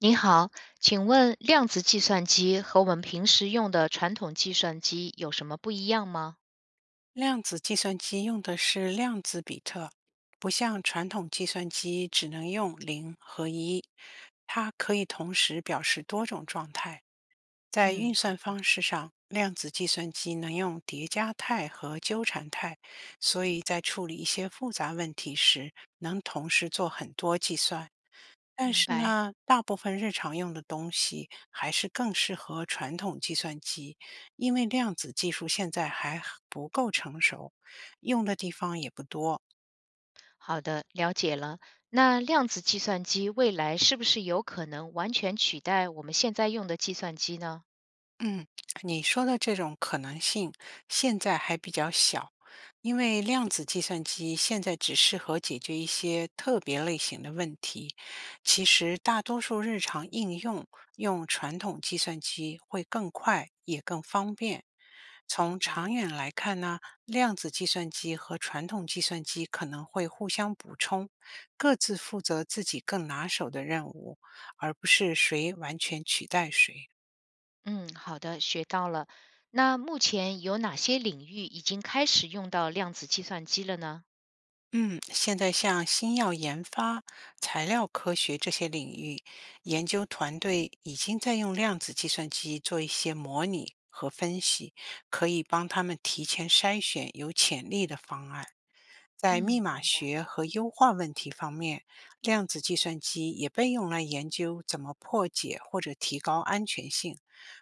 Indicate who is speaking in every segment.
Speaker 1: 您好，请问量子计算机和我们平时用的传统计算机有什么不一样吗？
Speaker 2: 量子计算机用的是量子比特，不像传统计算机只能用零和一，它可以同时表示多种状态。在
Speaker 1: 嗯，
Speaker 2: 运
Speaker 1: 好，
Speaker 2: 算方式上，量子计算机能用叠加态和纠缠态，所以在处理一些复杂问题时，能同时做很多计算。但
Speaker 1: 明
Speaker 2: 是
Speaker 1: 白，
Speaker 2: 呢，大部分日常用的东西还是更适合传统计算机，因为量子技术现在还很不够成熟，用的地方也不多。
Speaker 1: 好的，了解了。那量子计算机未来是不是有可能完全取代我们现在用的计算机呢？
Speaker 2: 嗯，你说的这种可能性现在还比较小，因为量子计算机现在只适合解决一些特别类型的问题。其实，大多数日常应用用传统计算机会更快，也更方便。
Speaker 1: 明
Speaker 2: 从长
Speaker 1: 白，
Speaker 2: 远来看呢，量子计算机和传统计算机可能会互相补充，各自负责自己更拿手的任务，而不是谁完全取代谁。
Speaker 1: 嗯，好的，学到了。那目前有哪些领域已经开始用到量子计算机了呢？
Speaker 2: 嗯，现在像新药研发、材料科学这些领域，研究团队已经在用量子计算机做一些模拟和分析，可以帮他们提前筛选有潜力的方案。在密
Speaker 1: 嗯，
Speaker 2: 码
Speaker 1: 明白。
Speaker 2: 学和优化问题方面，量子计算机也被用来研究怎么破解或者提高安全性。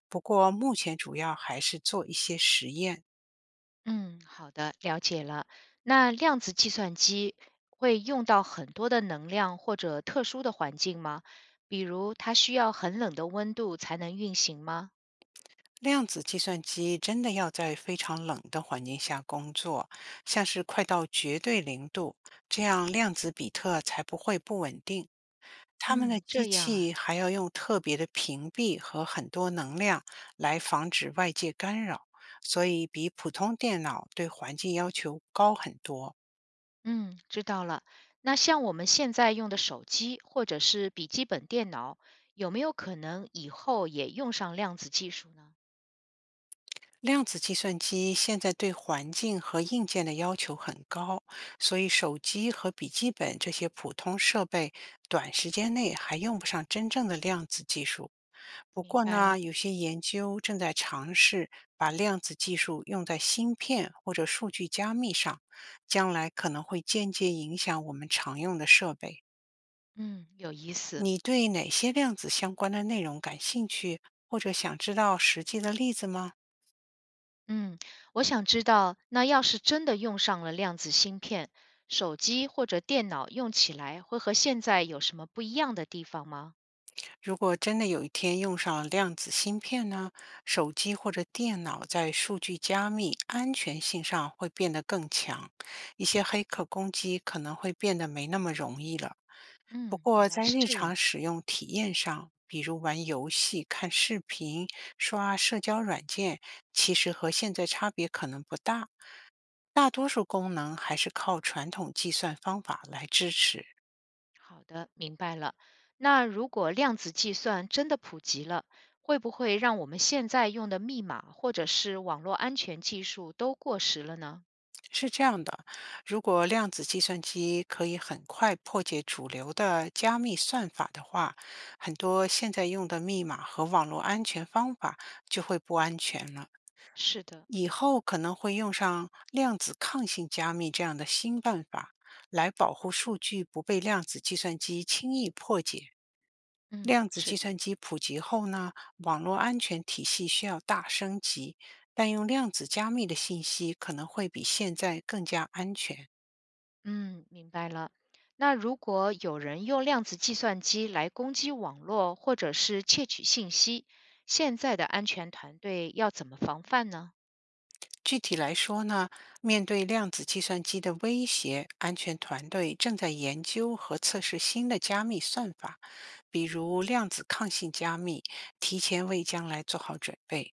Speaker 2: 不过，目前主要还是做一些实验。
Speaker 1: 嗯，好的，了解了。那量子计算机会用到很多的能量或者特殊的环境吗？比如它需要很冷的温度才能运行吗？
Speaker 2: 量子计算机真的要在非常冷的环境下工作，像是快到绝对零度，这样量子比特才不会不稳定。他们的
Speaker 1: 嗯，
Speaker 2: 机
Speaker 1: 这样啊。
Speaker 2: 器还要用特别的屏蔽和很多能量来防止外界干扰，所以比普通电脑对环境要求高很多。
Speaker 1: 嗯，知道了。那像我们现在用的手机或者是笔记本电脑，有没有可能以后也用上量子技术呢？
Speaker 2: 量子计算机现在对环境和硬件的要求很高，所以手机和笔记本这些普通设备短时间内还用不上真正的量子技术。不
Speaker 1: 明
Speaker 2: 过
Speaker 1: 白
Speaker 2: 呢，
Speaker 1: 了。
Speaker 2: 有些研究正在尝试把量子技术用在芯片或者数据加密上，将来可能会间接影响我们常用的设备。
Speaker 1: 嗯，有意思。
Speaker 2: 你对哪些量子相关的内容感兴趣，或者想知道实际的例子吗？
Speaker 1: 嗯，我想知道，那要是真的用上了量子芯片，手机或者电脑用起来会和现在有什么不一样的地方吗？
Speaker 2: 如果真的有一天用上量子芯片呢，手机或者电脑在数据加密、安全性上会变得更强，一些黑客攻击可能会变得没那么容易了。不
Speaker 1: 嗯，原
Speaker 2: 过
Speaker 1: 来
Speaker 2: 在
Speaker 1: 是
Speaker 2: 日
Speaker 1: 这
Speaker 2: 常
Speaker 1: 样。
Speaker 2: 使用体验上，比如玩游戏、看视频、刷社交软件，其实和现在差别可能不大。大多数功能还是靠传统计算方法来支持。
Speaker 1: 好的，明白了。那如果量子计算真的普及了，会不会让我们现在用的密码或者是网络安全技术都过时了呢？
Speaker 2: 是这样的，如果量子计算机可以很快破解主流的加密算法的话，很多现在用的密码和网络安全方法就会不安全了。
Speaker 1: 是的，
Speaker 2: 以后可能会用上量子抗性加密这样的新办法，来保护数据不被量子计算机轻易破解。
Speaker 1: 嗯，
Speaker 2: 量子
Speaker 1: 是
Speaker 2: 计
Speaker 1: 的。
Speaker 2: 算机普及后呢，网络安全体系需要大升级，但用量子加密的信息可能会比现在更加安全。
Speaker 1: 嗯，明白了。那如果有人用量子计算机来攻击网络或者是窃取信息，现在的安全团队要怎么防范呢？
Speaker 2: 具体来说呢，面对量子计算机的威胁，安全团队正在研究和测试新的加密算法，比如量子抗性加密，提前为将来做好准备。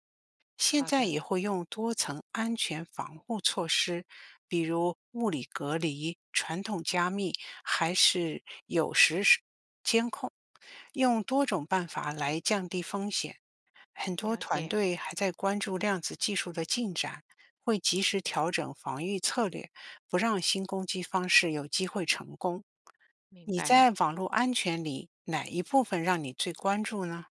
Speaker 2: 现
Speaker 1: 好
Speaker 2: 在
Speaker 1: 的，
Speaker 2: 也会用多层安全防护措施，比如物理隔离、传统加密，还是有时用多种办法来降低风险。很多
Speaker 1: 了
Speaker 2: 团
Speaker 1: 解，
Speaker 2: 队还在关注量子技术的进展，会及时调整防御策略，不让新攻击方式有机会成功。
Speaker 1: 明
Speaker 2: 你
Speaker 1: 白
Speaker 2: 在
Speaker 1: 了。
Speaker 2: 网络安全里哪一部分让你最关注呢？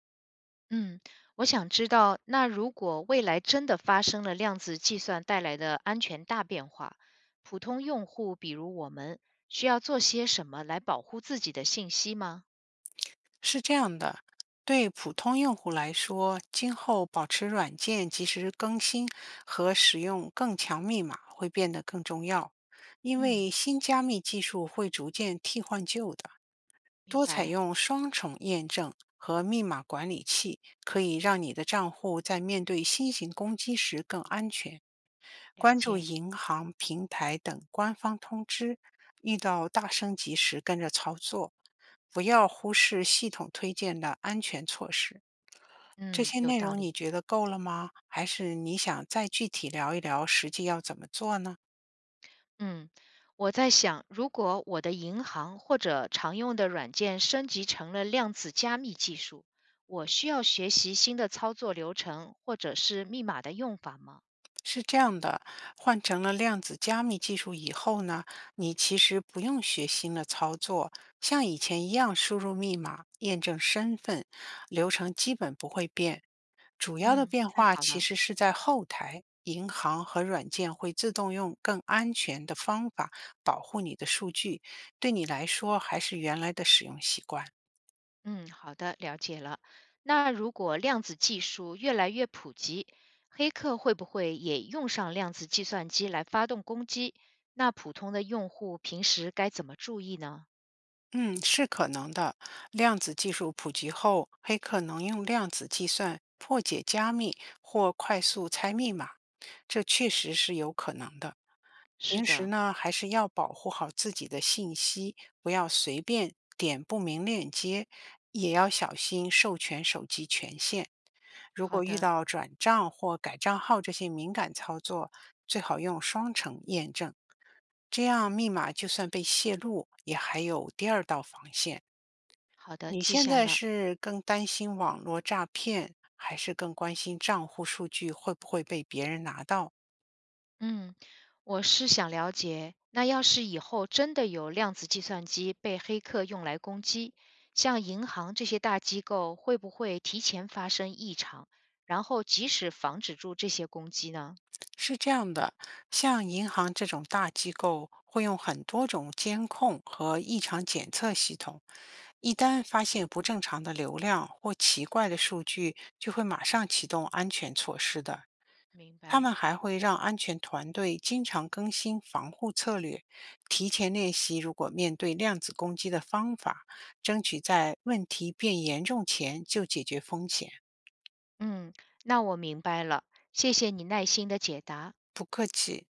Speaker 1: 嗯，我想知道，那如果未来真的发生了量子计算带来的安全大变化，普通用户，比如我们，需要做些什么来保护自己的信息吗？
Speaker 2: 是这样的，对普通用户来说，今后保持软件及时更新和使用更强密码会变得更重要，因
Speaker 1: 嗯，
Speaker 2: 为新加密技术会逐渐替换旧的。
Speaker 1: 明
Speaker 2: 多采
Speaker 1: 白，
Speaker 2: 用双重验证和密码管理器，可以让你的账户在面对新型攻击时更安全。
Speaker 1: 了
Speaker 2: 关注
Speaker 1: 解。
Speaker 2: 银行、平台等官方通知，遇到大升级时跟着操作，不要忽视系统推荐的安全措施。这
Speaker 1: 嗯，
Speaker 2: 些
Speaker 1: 有
Speaker 2: 内
Speaker 1: 道
Speaker 2: 容你
Speaker 1: 理。
Speaker 2: 觉得够了吗？还是你想再具体聊一聊实际要怎么做呢？
Speaker 1: 嗯，我在想，如果我的银行或者常用的软件升级成了量子加密技术，我需要学习新的操作流程或者是密码的用法吗？
Speaker 2: 是这样的，换成了量子加密技术以后呢，你其实不用学新的操作，像以前一样输入密码、验证身份，流程基本不会变。主要的
Speaker 1: 嗯，
Speaker 2: 变
Speaker 1: 太
Speaker 2: 化
Speaker 1: 好
Speaker 2: 其
Speaker 1: 了。
Speaker 2: 实是在后台，银行和软件会自动用更安全的方法保护你的数据，对你来说还是原来的使用习惯。
Speaker 1: 嗯，好的，了解了。那如果量子技术越来越普及，黑客会不会也用上量子计算机来发动攻击？那普通的用户平时该怎么注意呢？
Speaker 2: 嗯，是可能的。量子技术普及后，黑客能用量子计算破解加密或快速猜密码，这确实是有可能的。
Speaker 1: 是
Speaker 2: 平时
Speaker 1: 的，
Speaker 2: 呢，还是要保护好自己的信息，不要随便点不明链接，也要小心授权手机权限。如
Speaker 1: 好
Speaker 2: 果遇
Speaker 1: 的，
Speaker 2: 到转账或改账号这些敏感操作，最好用双程验证，这样密码就算被泄露，也还有第二道防线。
Speaker 1: 好的，
Speaker 2: 你
Speaker 1: 记
Speaker 2: 现
Speaker 1: 下
Speaker 2: 在
Speaker 1: 了。
Speaker 2: 是更担心网络诈骗，还是更关心账户数据会不会被别人拿到？
Speaker 1: 嗯，我是想了解，那要是以后真的有量子计算机被黑客用来攻击，像银行这些大机构会不会提前发生异常，然后及时防止住这些攻击呢？
Speaker 2: 是这样的，像银行这种大机构会用很多种监控和异常检测系统，一旦发现不正常的流量或奇怪的数据，就会马上启动安全措施的。
Speaker 1: 明
Speaker 2: 他
Speaker 1: 白。
Speaker 2: 们还会让安全团队经常更新防护策略，提前练习如果面对量子攻击的方法，争取在问题变严重前就解决风险。
Speaker 1: 嗯，那我明白了，谢谢你耐心的解答。
Speaker 2: 不客气。